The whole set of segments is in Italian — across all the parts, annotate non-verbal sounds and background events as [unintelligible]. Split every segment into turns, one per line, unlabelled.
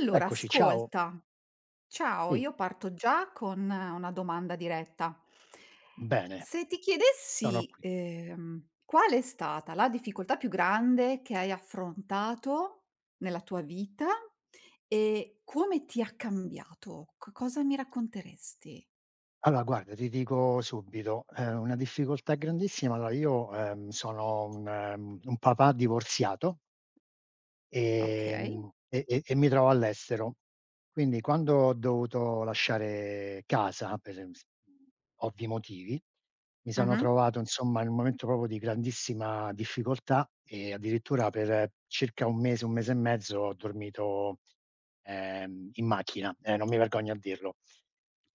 Allora
Eccoci, ciao.
ascolta, ciao,
Sì,
io parto già con una domanda diretta.
bene,
Se ti
sono
chiedessi,
qui.
qual è stata la difficoltà più grande che hai affrontato nella tua vita e come ti ha cambiato, co cosa mi racconteresti?
Allora guarda, ti dico subito, una difficoltà grandissima. Allora io, sono un papà divorziato.
Okay.
E mi trovo all'estero. Quindi quando ho dovuto lasciare casa, per ovvi motivi, mi sono
Mh-mh.
trovato insomma in un momento proprio di grandissima difficoltà e addirittura per circa 1 mese, 1 mese e mezzo ho dormito, in macchina, non mi vergogno a dirlo.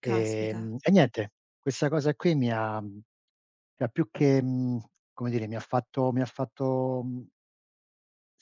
Caspita,
E niente, questa cosa qui mi ha cioè più che, come dire, mi ha fatto, mhmm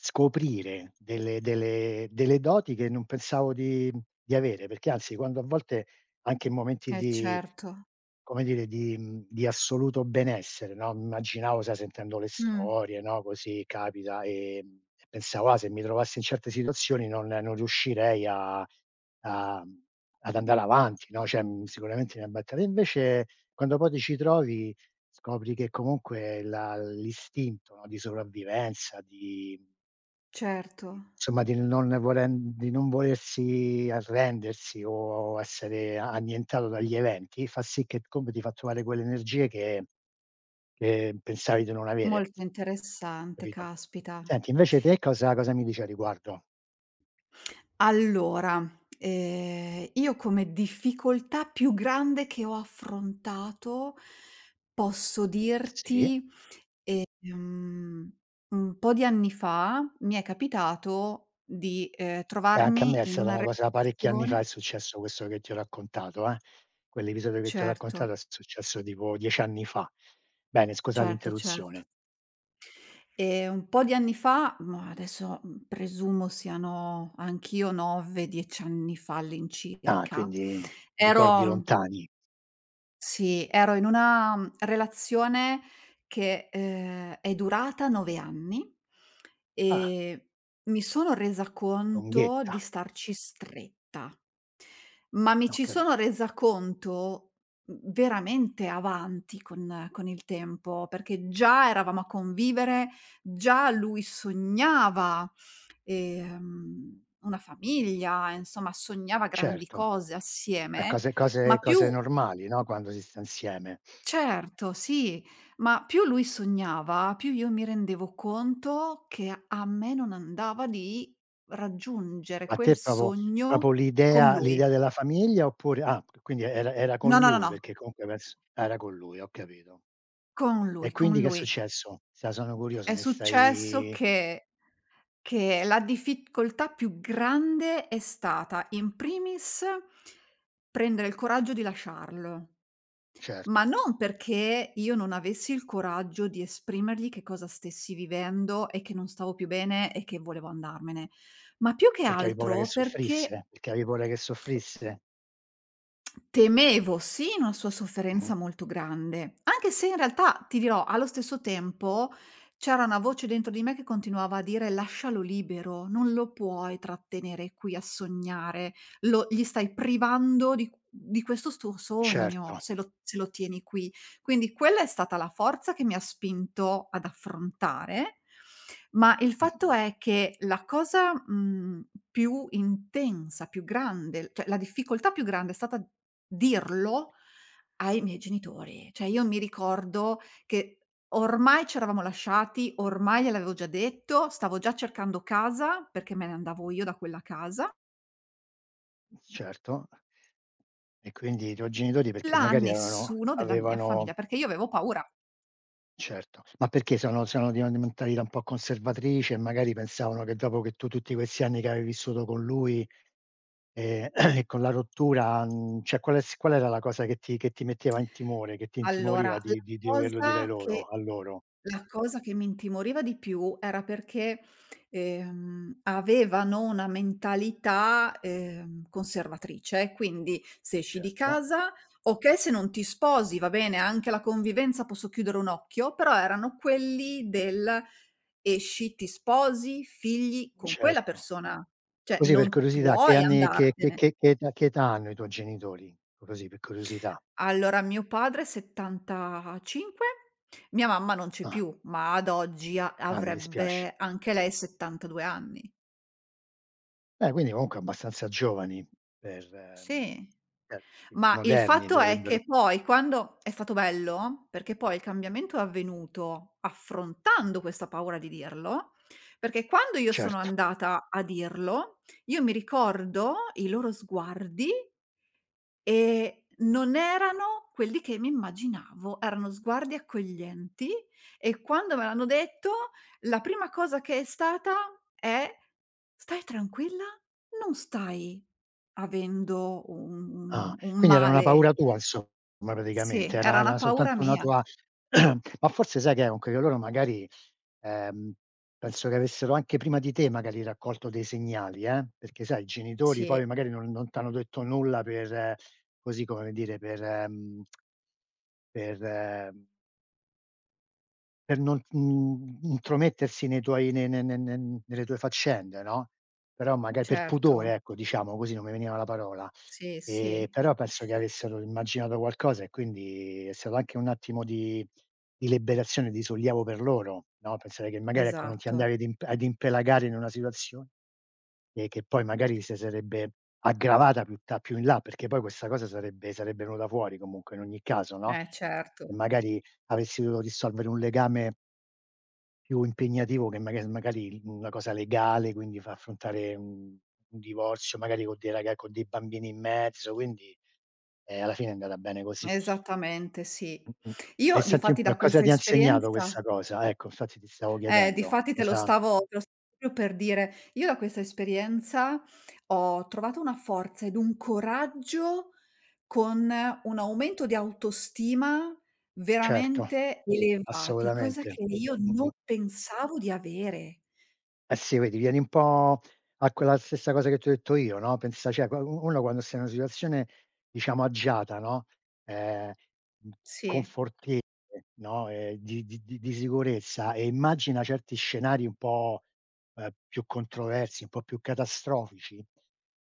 scoprire delle doti che non pensavo di avere, perché anzi quando a volte anche in momenti
eh
di
certo.
come dire, di di assoluto benessere, no, immaginavo, sai, sentendo le
Mh,
storie, no, così capita, e pensavo: "Ah, se mi trovassi in certe situazioni non riuscirei ad andare avanti, no, cioè, sicuramente mi abbatterei." Invece quando poi ti ci trovi, scopri che comunque la l'istinto, no, di sopravvivenza, di
certo.
insomma di non volen di non volersi arrendersi o essere annientato dagli eventi, fa sì che comunque ti fa trovare quelle energie che pensavi di non avere,
Molto interessante,
capito?
caspita.
Senti, invece te cosa mi dici a riguardo?
Allora, io come difficoltà più grande che ho affrontato, posso
Sì,
dirti, ehm, un po' di anni fa mi è capitato di,
beh anche a me è
trovarmi in
stata
una
una cosa, parecchi anni fa
relazione
è successo questo che ti ho raccontato, eh. Quell'episodio che ti ho
certo,
raccontato è successo tipo 10 anni fa. Bene, scusa
certo, certo.
l'interruzione.
Un po' di anni fa, mah, adesso, mhmm, presumo siano anch'io 9, 10 anni fa
Ah,
all'incirca,
quindi ricordi
ero.
lontani.
Sì, ero in una, mhmm, relazione che, è durata 9 anni
Ah,
e mi sono resa conto di
lunghetta,
starci stretta, ma mi
ho
ci
capi
sono resa conto, mhmm, veramente avanti con il tempo, perché già eravamo a convivere, già lui sognava, una famiglia, insomma sognava grandi
certo,
cose
e
assieme,
cose
ma
cose cose
più.
normali, no, quando si sta insieme.
Certo, sì, ma più lui sognava, più io mi rendevo conto che a me non andava di raggiungere
A
quel
te proprio
sogno
proprio
con
l'idea
lui.
l'idea della famiglia, oppure ah, quindi era con
No, no, no,
lui,
no,
perché comunque penso era con lui, ho capito.
con
E
lui,
quindi
con
che è
lui.
successo? Sa sono curioso,
È
mi
successo
stai
che la difficoltà più grande è stata, in primis, prendere il coraggio di lasciarlo. Ma
certo,
non perché io non avessi il coraggio di esprimergli che cosa stessi vivendo e che non stavo più bene e che volevo andarmene, ma più che
perché avevi paura che
altro perché
soffrisse? Perché avevi paura che soffrisse?
temevo, sì, una sua
Mh-mh.
sofferenza molto grande, anche se in realtà, ti dirò, allo stesso tempo c'era una voce dentro di me che continuava a dire: "Lascialo libero, non lo puoi trattenere qui a sognare, lo gli stai privando di q di questo suo sogno
Certo,
se lo se lo tieni qui". Quindi quella è stata la forza che mi ha spinto ad affrontare, ma il fatto
mh-mh,
è che la cosa, mhmm, più intensa, più grande, cioè la difficoltà più grande è stata dirlo ai miei genitori. Cioè io mi ricordo che ormai c'eravamo lasciati, ormai gliel'avevo già detto, stavo già cercando casa perché me ne andavo io da quella casa,
certo. E quindi i tuoi genitori, perché
là
magari avevano
nessuno della mia
avevano
famiglia, perché io avevo paura.
certo, ma perché sono di una di mentalità un po' conservatrice, e magari pensavano che, dopo che tu tutti questi anni che avevi vissuto con lui, ehm, [clears throat] e con la rottura, cioè qual è s qual era la cosa che ti metteva in timore, che ti
Allora,
intimoriva di di doverlo dire
cosa
loro,
che
a loro?
la cosa che mi intimoriva di più era perché, avevano una mentalità, conservatrice, quindi se esci di
Certo,
casa okay, se non ti sposi va bene, anche la convivenza posso chiudere un occhio, però erano quelli del: esci, ti sposi, figli con quella
certo.
persona, cioè
Così, per
non
curiosità, che
puoi
anni
andartene.
che età hanno i tuoi genitori? Così per curiosità.
Allora, mio padre 75, mia mamma non c'è
Ah,
più, ma ad oggi a
ah, mi dispiace.
avrebbe anche lei 72 anni.
Beh, quindi comunque abbastanza giovani per, mhmm,
Sì.
cioè tipo
Ma il
moderni,
fatto è
dovrebbero
che poi quando è stato bello, perché poi il cambiamento è avvenuto affrontando questa paura di dirlo, perché quando io sono
certo.
andata a dirlo, io mi ricordo i loro sguardi. E non erano quelli che mi immaginavo, erano sguardi accoglienti e quando me l'hanno detto la prima cosa che è stata è: "Stai tranquilla, non stai avendo un
Ah,
un
quindi era una
male".
paura tua, insomma,
Sì,
praticamente,
era
era
una
era
paura
soltanto una
mia.
tua [clears throat] ma forse sai che è, comunque che loro magari, ehm, penso che avessero anche prima di te magari raccolto dei segnali, perché sai, i genitori,
Sì,
poi magari non t'hanno detto nulla per così, come dire, per ehm, per non, intromettersi nei tuoi, ne ne ne ne nelle tue faccende, no, però, maga per
certo.
pudore, ecco, diciamo così, non mi veniva la parola.
Sì, sì,
Però penso che avessero immaginato qualcosa, e quindi è stato anche un attimo di liberazione, di sollievo per loro, no, pensare che magari, ecco, non ti
esatto.
andavi ad imp ad impelagare in una situazione e che poi magari si sarebbe aggravata più in là, perché poi questa cosa sarebbe venuta fuori comunque in ogni caso, no,
Eh
e
certo,
magari avessi dovuto risolvere un legame più impegnativo, che magari una cosa legale, quindi fa affrontare un divorzio, magari con dei bambini in mezzo, quindi, alla fine è andata bene così.
esattamente sì.
Mh-mh. E
Io
senti un
difatti
po',
da
cosa
questa
ti ha insegnato
esperienza.
questa cosa? Ecco, infatti ti stavo chiedendo.
Difatti
Cosa
te lo stavo proprio per dire. Io da questa esperienza ho trovato una forza ed un coraggio con un aumento di autostima
Certo,
veramente elevati, cosa
assolutamente.
che io non
Mh-mh.
pensavo di avere.
Eh sì, vedi, vieni un po' a quella stessa cosa che ti ho detto io, no, pensa, cioè qua u uno quando sei in una situazione, diciamo, agiata, no, ehm, mhmm,
Sì,
confortevole, no, di sicurezza, e immagina certi scenari un po', più controversi, un po' più catastrofici,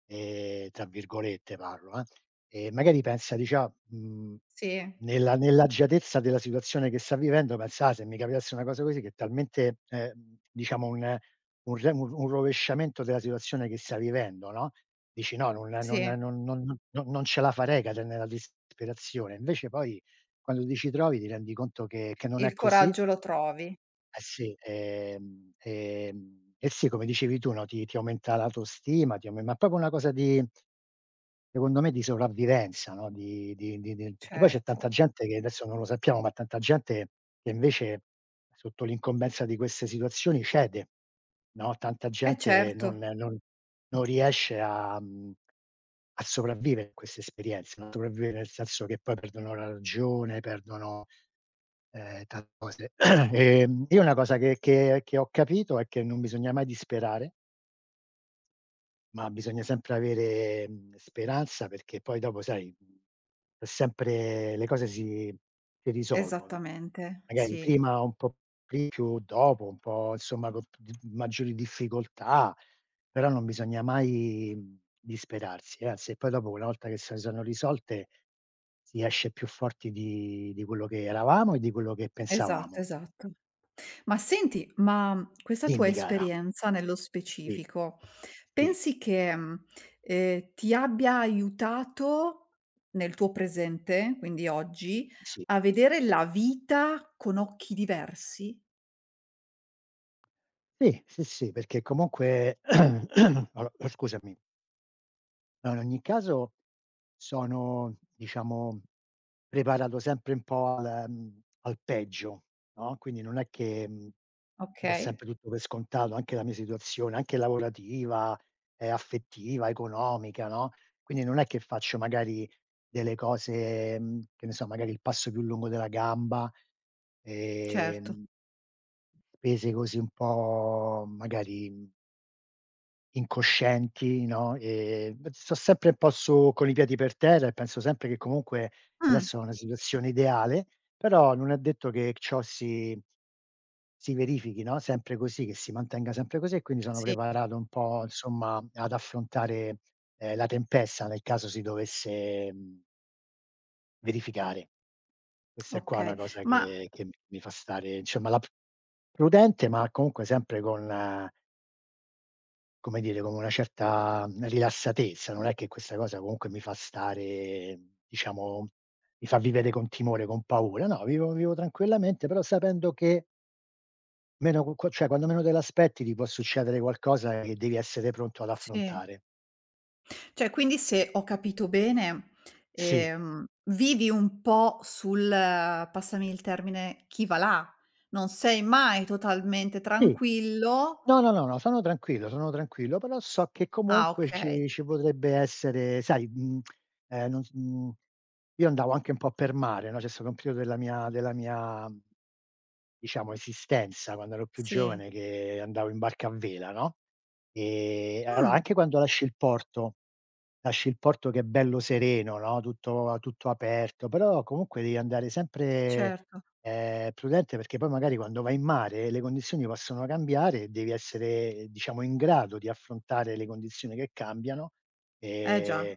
tra virgolette parlo, e magari pensa, dici: "Ah,
sì,
nella nell'agiatezza della situazione che sta vivendo, pensa: "Ah, se mi capitasse una cosa così", che è talmente, diciamo, un re un rovesciamento della situazione che stai vivendo, no, dici: "No, non non
sì,
non non non non non ce la farei, cadere nella disperazione." Invece poi quando ti ci trovi ti rendi conto che non è
il
così.
coraggio lo trovi,
Eh sì, eh sì, come dicevi tu, no, ti aumenta l'autostima, ti aume ma è proprio una cosa di, secondo me, di sopravvivenza, no, di del perché poi c'è
certo.
tanta gente che adesso non lo sappiamo, ma tanta gente che invece sotto l'incombenza di queste situazioni cede, no, tanta
Eh
gente non
certo,
non non riesce a a sopravvivere a queste esperienze, no, sopravvivere nel senso che poi perdono la ragione, perdono, tante cose. [clears throat] Io, una cosa che ho capito è che non bisogna mai disperare, ma bisogna sempre avere, speranza, perché poi dopo, sai, è sempre, le cose si risolvono.
esattamente,
Magari
sì.
prima un po' di più, dopo un po', insomma, con d maggiori difficoltà, però non bisogna mai, disperarsi, anzi, e poi dopo una volta che si sono risolte, si esce più forti di quello che eravamo e di quello che
Esatto,
pensavamo.
esatto. Ma senti, ma questa tua
Dimmi, cara.
esperienza nello
Sì.
specifico,
Sì,
pensi che, mhmm, ti abbia aiutato nel tuo presente, quindi oggi,
sì.
a vedere la vita con occhi diversi?
Sì, sì, sì, perché comunque [clears throat] allo scusami. No, in ogni caso sono, diciamo, preparato sempre un po' al peggio, no, quindi non è che, do
Okay,
sempre tutto per scontato, anche la mia situazione, anche lavorativa, affettiva, economica, no, quindi non è che faccio magari delle cose, che ne so, magari il passo più lungo della gamba,
certo.
ehm spese così, un po' magari, incoscienti, no, b sto sempre un po' su con i piedi per terra, e penso sempre che comunque
Mh,
adesso è una situazione ideale, però non è detto che ciò si verifichi, no, sempre così, che si mantenga sempre così, e quindi sono
sì,
preparato un po' insomma ad affrontare, la tempesta nel caso si dovesse, verificare. Questa è qua una
okay.
cosa
Ma
che mi fa stare insomma la p prudente, ma comunque sempre con come dire, come una certa rilassatezza, non è che questa cosa comunque mi fa stare, diciamo, mi fa vivere con timore, con paura. No, vivo tranquillamente, però sapendo che meno qu qua cioè quando meno te l'aspetti ti può succedere qualcosa che devi essere pronto ad
sì.
affrontare.
Cioè, quindi se ho capito bene,
Sì.
ehm, vivi un po' sul, passami il termine, chi va là. Non sei mai totalmente
Sì.
tranquillo.
No, no, no, no, sono tranquillo, però so che
Ah,
comunque
okay,
ci potrebbe essere, sai, mhmm, non s mhmm, io andavo anche un po' per mare, no, c'è stato un periodo della mia, diciamo, esistenza, quando ero più
sì.
giovane, che andavo in barca a vela, no, allora
Mh,
anche quando lasci il porto, che è bello sereno, no, tutto tutto aperto, però comunque devi andare sempre
certo.
Prudente, perché poi magari quando vai in mare le condizioni possono cambiare e devi essere, diciamo, in grado di affrontare le condizioni che cambiano,
Eh già,
ehm,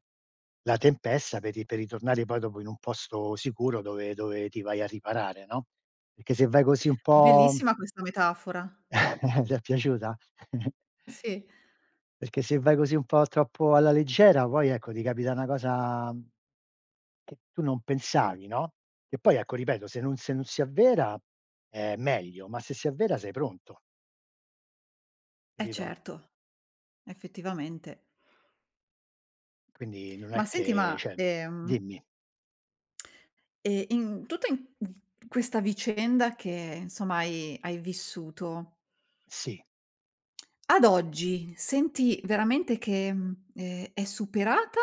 la tempesta, per ritornare poi dopo in un posto sicuro, dove ti vai a riparare, no, perché se vai così un po'
bellissima questa metafora.
[laughs] ti è piaciuta? [laughs]
Sì,
Perché se vai così un po' troppo alla leggera, poi ecco, ti capita una cosa, che tu non pensavi, no, che poi ecco, ripeto, se non se non si avvera, è meglio, ma se si avvera sei pronto,
eh
capito?
certo, effettivamente.
Quindi non
Ma
è
senti,
che
ma,
cioè dimmi.
in tutta in questa vicenda che insomma hai vissuto.
Sì.
Ad oggi senti veramente che, mhmm, è superata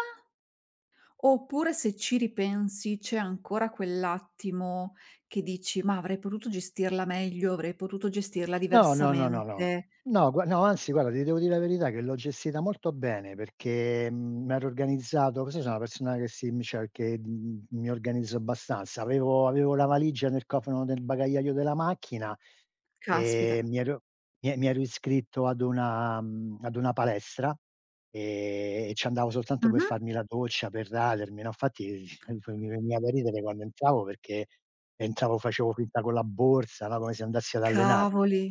oppure se ci ripensi c'è ancora quell'attimo che dici: "Ma avrei potuto gestirla meglio, avrei potuto gestirla
No, no, no, no, no.
diversamente".
No, gua no, anzi guarda, ti devo dire la verità, che l'ho gestita molto bene, perché, m'ero organizzato, così sono una persona che si mi cioè che, mi organizzo abbastanza. Avevo la valigia nel cofano del bagagliaio della macchina, e
Caspita.
mi ero iscritto ad una palestra, e ci andavo soltanto per
Mh-mh.
farmi la doccia, per radermi, no, infatti [laughs] [unintelligible] mi veniva da ridere quando entravo, perché entravo, facevo finta con la borsa, no, come se andassi ad allenarmi.
Cavoli.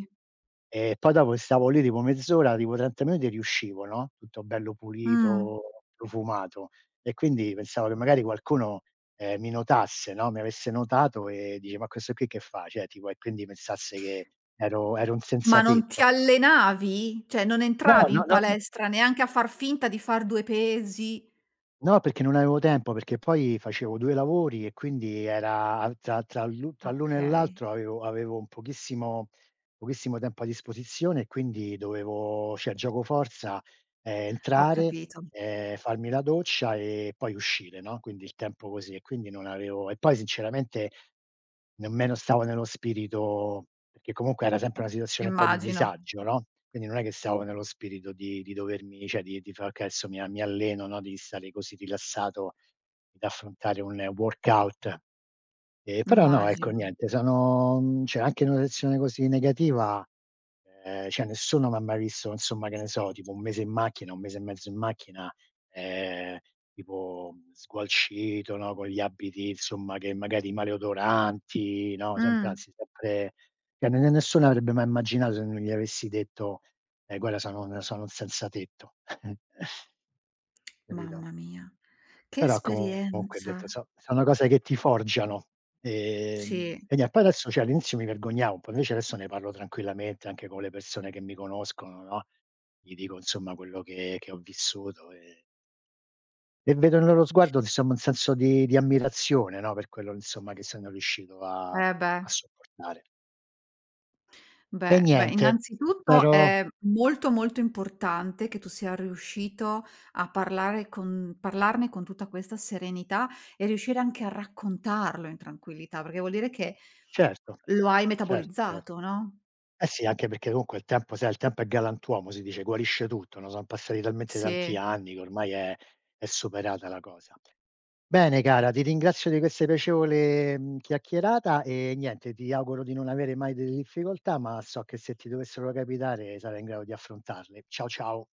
E poi dopo stavo lì tipo mezz'ora, tipo 30 minuti, e riuscivo, no, tutto bello
Mh.
pulito, profumato. E quindi pensavo che magari qualcuno, mi notasse, no, mi avesse notato e dice: "Ma questo qui che fa?" Cioè, tipo, e quindi pensasse che ero un
Ma non ti
senzatetto.
allenavi? Cioè non
No,
entravi in
no, no, no,
palestra neanche a far finta di far 2 pesi?
no, perché non avevo tempo, perché poi facevo 2 lavori e quindi era, a tra l'uno e
Okay,
l'altro, avevo un pochissimo tempo a disposizione, e quindi dovevo, cioè giocoforza,
ho
entrare,
capito.
Farmi la doccia e poi uscire, no, quindi il tempo così, e quindi non avevo, e poi sinceramente nemmeno stavo nello spirito, perché comunque era sempre una situazione un po' di
Immagino,
disagio, no, quindi non è che stavo nello spirito di dovermi, cioè di fare: "Okay, adesso mi alleno", no, di stare così rilassato ed affrontare un workout. Però no, ecco,
immagino.
niente, sono, cioè anche in una situazione così negativa, cioè nessuno m'ha mai visto, insomma, che ne so, tipo 1 mese in macchina, 1 mese e mezzo in macchina, ehm, tipo sgualcito, no, con gli abiti, insomma, che magari maleodoranti, no, sempre,
Mh.
anzi sempre, cioè ne ne nessuno avrebbe mai immaginato, se non gli avessi detto: guarda, sono un senzatetto." [laughs] Capito?
Mamma mia, che
Però comunque, ho
esperienza.
detto, so, sono cose che ti forgiano.
Sì,
E nie poi adesso, cioè all'inizio mi vergognavo un po', invece adesso ne parlo tranquillamente anche con le persone che mi conoscono, no, gli dico insomma quello che ho vissuto, e vedo nel loro sguardo insomma un senso di ammirazione, no, per quello insomma che sono riuscito a
eh beh,
sopportare. E
beh, beh,
niente,
innanzitutto
spero.
è molto, molto importante che tu sia riuscito a parlare con parlarne con tutta questa serenità e riuscire anche a raccontarlo in tranquillità, perché vuol dire che
Certo,
lo hai
certo,
metabolizzato,
certo.
no?
Eh sì, anche perché comunque il tempo, sai, il tempo è galantuomo, si dice, guarisce tutto, no, son passati talmente tanti
Sì.
anni che ormai è superata la cosa. Bene cara, ti ringrazio di questa piacevole, chiacchierata, e niente, ti auguro di non avere mai delle difficoltà, ma so che se ti dovessero capitare sarai in grado di affrontarle. Ciao, ciao.